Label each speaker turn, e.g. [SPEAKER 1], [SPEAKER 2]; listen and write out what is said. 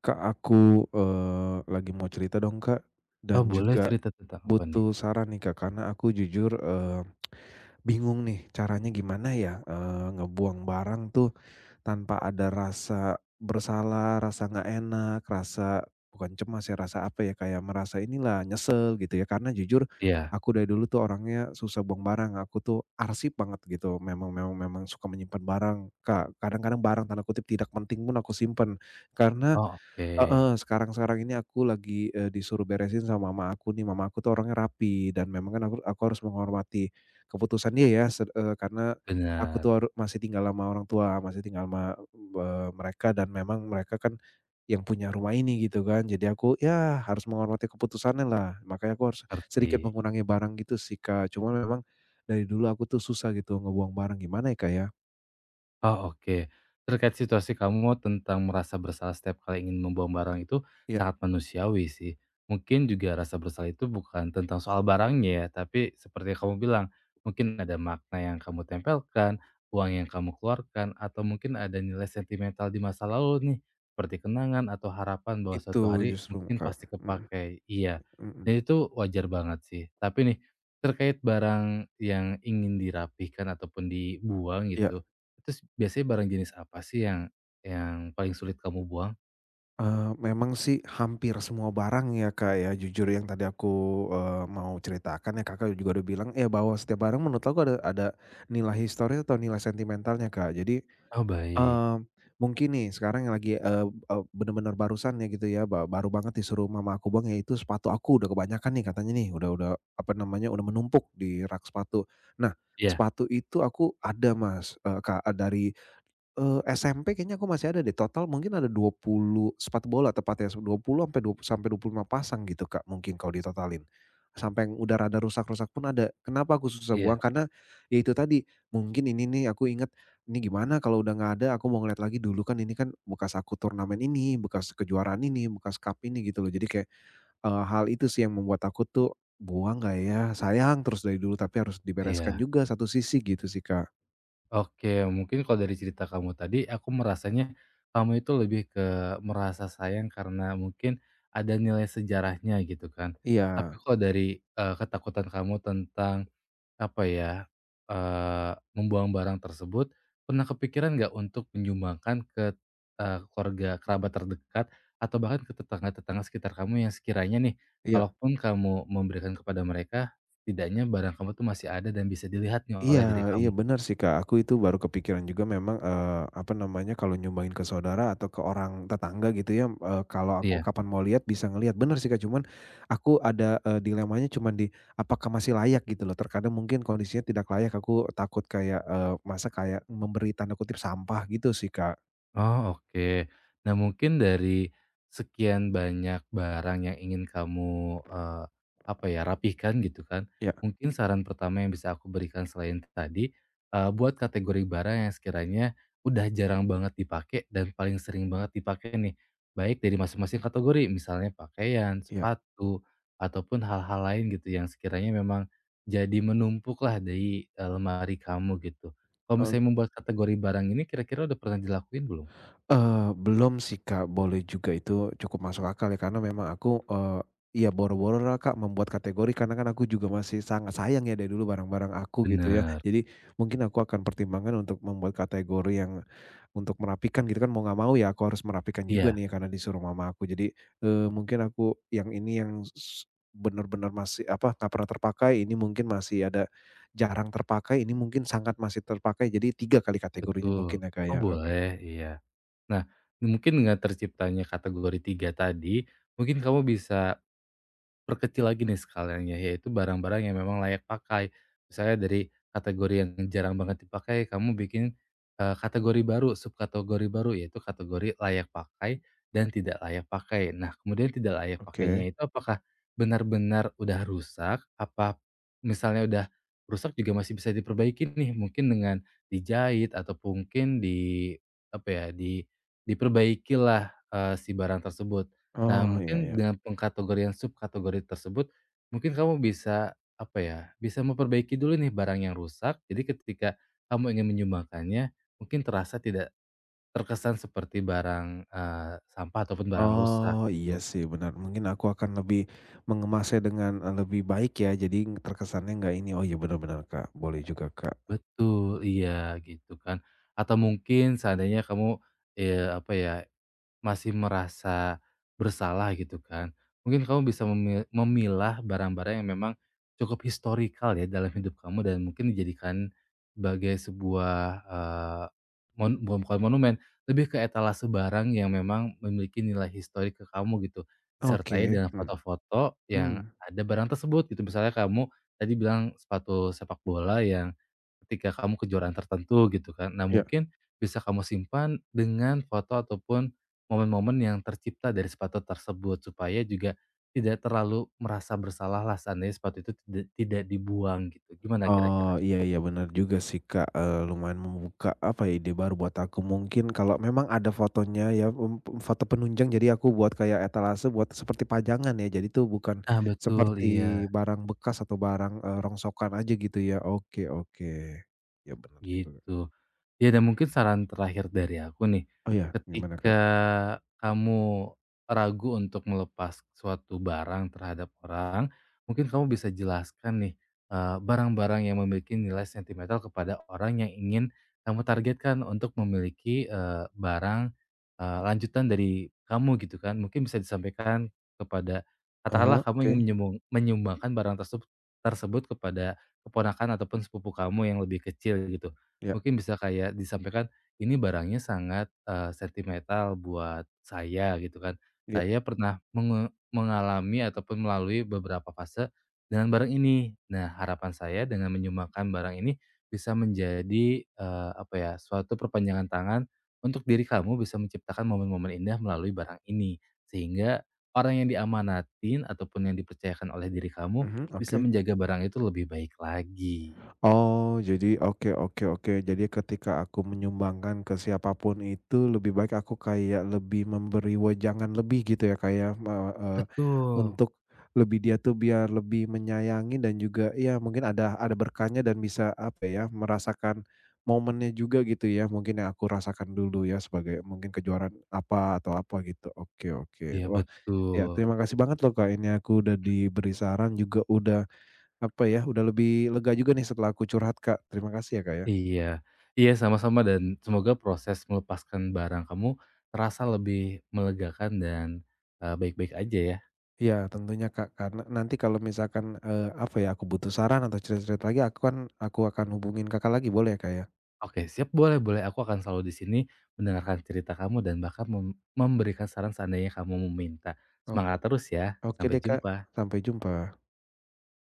[SPEAKER 1] Kak, aku, lagi mau cerita dong, Kak,
[SPEAKER 2] Oh
[SPEAKER 1] dan
[SPEAKER 2] boleh,
[SPEAKER 1] juga
[SPEAKER 2] cerita tentang apa nih?
[SPEAKER 1] butuh saran nih, Kak, karena aku jujur, bingung nih caranya gimana ya, ngebuang barang tuh tanpa ada rasa bersalah, rasa nggak enak, rasa bukan cemas ya, rasa apa ya, kayak merasa inilah, nyesel gitu ya. Karena jujur
[SPEAKER 2] Iya.
[SPEAKER 1] aku dari dulu tuh orangnya susah buang barang, aku tuh arsip banget gitu, memang memang memang suka menyimpan barang, Kak. Kadang-kadang barang tanda kutip "tidak penting" pun aku simpen, karena
[SPEAKER 2] Oh oke.
[SPEAKER 1] heeh, sekarang-sekarang ini aku lagi, disuruh beresin sama mama aku nih, mama aku tuh orangnya rapi dan memang kan aku harus menghormati keputusan dia ya karena aku tuh
[SPEAKER 2] Benar.
[SPEAKER 1] haru masih tinggal sama orang tua, masih tinggal sama, mereka dan memang mereka kan yang punya rumah ini gitu kan. Jadi aku ya harus menghormati keputusannya lah, makanya aku harus sedikit
[SPEAKER 2] Ngerti.
[SPEAKER 1] mengurangi barang gitu sih, Kak. Cuma memang dari dulu aku tuh susah gitu ngebuang barang, gimana ya, Kak, ya?
[SPEAKER 2] Oh, oke. Terkait situasi kamu tentang merasa bersalah setiap kali ingin membuang barang itu
[SPEAKER 1] Ya,
[SPEAKER 2] sangat manusiawi sih. Mungkin juga rasa bersalah itu bukan tentang soal barangnya ya, tapi seperti yang kamu bilang, mungkin ada makna yang kamu tempelkan, uang yang kamu keluarkan, atau mungkin ada nilai sentimental di masa lalu nih, seperti kenangan atau harapan bahwa
[SPEAKER 1] itu
[SPEAKER 2] suatu hari
[SPEAKER 1] justru,
[SPEAKER 2] mungkin
[SPEAKER 1] Kak.
[SPEAKER 2] pasti
[SPEAKER 1] Mhm,
[SPEAKER 2] kepakai. Iya,
[SPEAKER 1] mhm.
[SPEAKER 2] dan itu wajar banget sih. Tapi nih, terkait barang yang ingin dirapihkan ataupun dibuang
[SPEAKER 1] Iya.
[SPEAKER 2] gitu, terus biasanya barang jenis apa sih yang paling sulit kamu buang?
[SPEAKER 1] Memang sih hampir semua barang ya, Kak, ya. Jujur yang tadi aku, mau ceritakan ya, Kakak juga udah bilang ya, bahwa setiap barang menurut aku ada nilai historis atau nilai sentimentalnya, Kak. Jadi,
[SPEAKER 2] Oh baik,
[SPEAKER 1] eee, mungkin nih sekarang yang lagi, eee eee, bener-bener barusan ya gitu ya, baru banget disuruh mama aku buang, yaitu sepatu aku udah kebanyakan nih katanya nih, udah apa namanya, udah menumpuk di rak sepatu. Nah,
[SPEAKER 2] iya
[SPEAKER 1] sepatu itu aku ada Kak, dari SMP kayaknya aku masih ada deh, total mungkin ada 20 sepatu bola tepatnya, 20 sampai 25 pasang gitu, Kak, mungkin kalau ditotalin. Sampai yang udah rada rusak-rusak pun ada. Kenapa aku susah buang,
[SPEAKER 2] iya
[SPEAKER 1] karena ya itu tadi, mungkin ini nih aku inget, ini gimana kalau udah nggak ada aku mau ngeliat lagi dulu kan ini kan bekas aku turnamen ini, bekas kejuaraan ini, bekas cup ini gitu loh. Jadi kayak, hal itu sih yang membuat aku tuh, "Buang nggak ya? Sayang terus dari dulu, tapi harus dibereskan
[SPEAKER 2] iya.
[SPEAKER 1] juga satu sisi," gitu sih, Kak.
[SPEAKER 2] Oke, mungkin kalau dari cerita kamu tadi, aku merasanya kamu itu lebih ke merasa sayang karena mungkin ada nilai sejarahnya gitu kan. Tapi
[SPEAKER 1] Iya.
[SPEAKER 2] kalau dari, ketakutan kamu tentang apa ya, membuang barang tersebut, pernah kepikiran nggak untuk menyumbangkan ke, keluarga kerabat terdekat atau bahkan ke tetangga-tetangga sekitar kamu yang sekiranya nih,
[SPEAKER 1] Iya.
[SPEAKER 2] kalaupun kamu memberikan kepada mereka, setidaknya barang kamu tuh masih ada dan bisa dilihatnya
[SPEAKER 1] Iya,
[SPEAKER 2] oleh diri
[SPEAKER 1] iya,
[SPEAKER 2] kamu?
[SPEAKER 1] benar sih, Kak, aku itu baru kepikiran juga memang, apa namanya, kalau nyumbangin ke saudara atau ke orang tetangga gitu ya, kalau aku
[SPEAKER 2] Iya.
[SPEAKER 1] kapan mau lihat bisa ngelihat. Bener sih, Kak, cuman aku ada, dilemanya cuman di apakah masih layak gitu loh, terkadang mungkin kondisinya tidak layak, aku takut kayak, masa kayak memberi tanda kutip "sampah" gitu sih, Kak.
[SPEAKER 2] Oh, oke. Nah, mungkin dari sekian banyak barang yang ingin kamu, apa ya, rapihkan gitu kan,
[SPEAKER 1] Ya,
[SPEAKER 2] mungkin saran pertama yang bisa aku berikan selain tadi, buat kategori barang yang sekiranya udah jarang banget dipakai dan paling sering banget dipakai nih, baik dari masing-masing kategori, misalnya pakaian,
[SPEAKER 1] ya.
[SPEAKER 2] sepatu, ataupun hal-hal lain gitu yang sekiranya memang jadi menumpuklah di, lemari kamu gitu. Kalau misalnya membuat kategori barang ini kira-kira udah pernah dilakuin belum?
[SPEAKER 1] Belum sih, Kak, boleh juga itu cukup masuk akal ya karena memang aku, ya boro-boro lah, Kak, membuat kategori karena kan aku juga masih sangat sayang ya dari dulu barang-barang aku gitu ya.
[SPEAKER 2] Bener,
[SPEAKER 1] Jadi mungkin aku akan pertimbangkan untuk membuat kategori yang untuk merapikan gitu kan mau nggak mau ya aku harus merapikan juga
[SPEAKER 2] iya,
[SPEAKER 1] nih karena disuruh mama aku. Jadi, mungkin aku yang ini yang benar-benar masih apa, nggak pernah terpakai, ini mungkin masih ada jarang terpakai, ini mungkin sangat masih terpakai. Jadi 3 kali kategorinya
[SPEAKER 2] betul.
[SPEAKER 1] mungkin ya, Kak,
[SPEAKER 2] Oh
[SPEAKER 1] ya. Oke.
[SPEAKER 2] boleh, iya. Nah, mungkin dengan terciptanya kategori 3 tadi, mungkin kamu bisa perkecil lagi nih skalanya, yaitu barang-barang yang memang layak pakai. Misalnya dari kategori yang jarang banget dipakai, kamu bikin, kategori baru, subkategori baru, yaitu kategori layak pakai dan tidak layak pakai. Nah, kemudian tidak layak pakainya
[SPEAKER 1] Oke.
[SPEAKER 2] itu apakah benar-benar udah rusak, apa misalnya udah rusak juga masih bisa diperbaiki nih, mungkin dengan dijahit atau mungkin di, apa ya, diperbaikilah, si barang tersebut. Nah,
[SPEAKER 1] Oh, iya,
[SPEAKER 2] mungkin
[SPEAKER 1] iya.
[SPEAKER 2] dengan pengkategorian subkategori tersebut, mungkin kamu bisa, apa ya, bisa memperbaiki dulu nih barang yang rusak. Jadi ketika kamu ingin menyumbangkannya, mungkin terasa tidak terkesan seperti barang, sampah ataupun barang rusak
[SPEAKER 1] Oh, iya
[SPEAKER 2] gitu.
[SPEAKER 1] sih benar. Mungkin aku akan lebih mengemasnya dengan, lebih baik ya, jadi terkesannya nggak ini. Oh iya, benar benar, Kak, boleh juga, Kak.
[SPEAKER 2] Betul, iya gitu kan. Atau mungkin seandainya kamu, apa ya, masih merasa bersalah gitu kan. Mungkin kamu bisa memilah barang-barang yang memang cukup historikal ya dalam hidup kamu dan mungkin dijadikan sebagai sebuah, eee, bukan bukan monumen, lebih ke etalase barang yang memang memiliki nilai historik ke kamu gitu, disertai
[SPEAKER 1] Oke.
[SPEAKER 2] dengan
[SPEAKER 1] Hmm,
[SPEAKER 2] foto-foto yang
[SPEAKER 1] mmm,
[SPEAKER 2] ada barang tersebut gitu. Misalnya kamu tadi bilang sepatu sepak bola yang ketika kamu kejuaraan tertentu gitu kan. Nah
[SPEAKER 1] iya.
[SPEAKER 2] mungkin bisa kamu simpan dengan foto ataupun momen-momen yang tercipta dari sepatu tersebut, supaya juga tidak terlalu merasa bersalah lah seandainya sepatu itu tidak tidak dibuang gitu, gimana kira-kira?
[SPEAKER 1] Oh, iya, iya, benar juga sih, Kak, lumayan membuka apa ya, ide baru buat aku. Mungkin kalau memang ada fotonya ya, mmm, p foto penunjang jadi aku buat kayak etalase buat seperti pajangan ya, jadi tuh bukan
[SPEAKER 2] Ah, betul,
[SPEAKER 1] seperti
[SPEAKER 2] iya.
[SPEAKER 1] barang bekas atau barang, rongsokan aja gitu ya. Oke, oke. Ya, benar juga.
[SPEAKER 2] Gitu. Ya dan mungkin saran terakhir dari aku nih,
[SPEAKER 1] Oh ya, gimana,
[SPEAKER 2] ketika
[SPEAKER 1] Kak?
[SPEAKER 2] kamu ragu untuk melepas suatu barang terhadap orang, mungkin kamu bisa jelaskan nih, barang-barang yang memiliki nilai sentimental kepada orang yang ingin kamu targetkan untuk memiliki, barang, lanjutan dari kamu gitu kan. Mungkin bisa disampaikan kepada katakanlah
[SPEAKER 1] Ah,
[SPEAKER 2] kamu ingin
[SPEAKER 1] oke,
[SPEAKER 2] menyumbangkan barang tersebut tersebut kepada keponakan ataupun sepupu kamu yang lebih kecil gitu.
[SPEAKER 1] ya,
[SPEAKER 2] Mungkin bisa kayak disampaikan, "Ini barangnya sangat, sentimental buat saya," gitu kan.
[SPEAKER 1] ya,
[SPEAKER 2] "Saya pernah mengalami ataupun melalui beberapa fase dengan barang ini. Nah, harapan saya dengan menyumbangkan barang ini bisa menjadi, apa ya, suatu perpanjangan tangan untuk diri kamu bisa menciptakan momen-momen indah melalui barang ini. Sehingga orang yang diamanatin ataupun yang dipercayakan oleh diri kamu
[SPEAKER 1] mhm,
[SPEAKER 2] bisa
[SPEAKER 1] oke.
[SPEAKER 2] menjaga barang itu lebih baik lagi."
[SPEAKER 1] Oh, jadi oke, oke, oke, jadi ketika aku menyumbangkan ke siapapun itu lebih baik aku kayak lebih memberi wejangan lebih gitu ya, kayak
[SPEAKER 2] Betul.
[SPEAKER 1] untuk lebih dia tuh biar lebih menyayangi dan juga ya mungkin ada berkahnya dan bisa apa ya, merasakan momennya juga gitu ya, mungkin yang aku rasakan dulu ya sebagai mungkin kejuaraan apa atau apa gitu. Oke, oke,
[SPEAKER 2] Iya
[SPEAKER 1] wah, ya,
[SPEAKER 2] betul,
[SPEAKER 1] terima kasih banget loh, Kak, ini aku udah diberi saran juga udah, apa ya, udah lebih lega juga nih setelah aku curhat, Kak. Terima kasih ya, Kak, ya.
[SPEAKER 2] iya iya sama-sama dan semoga proses melepaskan barang kamu terasa lebih melegakan dan, baik-baik aja ya.
[SPEAKER 1] Iya, tentunya, Kak, karena nanti kalau misalkan, apa ya, aku butuh saran atau cerita-cerita lagi aku akan hubungin Kakak lagi boleh ya, Kak, ya?
[SPEAKER 2] Oke siap, boleh boleh, aku akan selalu di sini mendengarkan cerita kamu dan bahkan memberikan saran seandainya kamu meminta.
[SPEAKER 1] O
[SPEAKER 2] Semangat terus ya,
[SPEAKER 1] oke
[SPEAKER 2] sampai
[SPEAKER 1] deh, Kak,
[SPEAKER 2] jumpa.
[SPEAKER 1] sampai jumpa.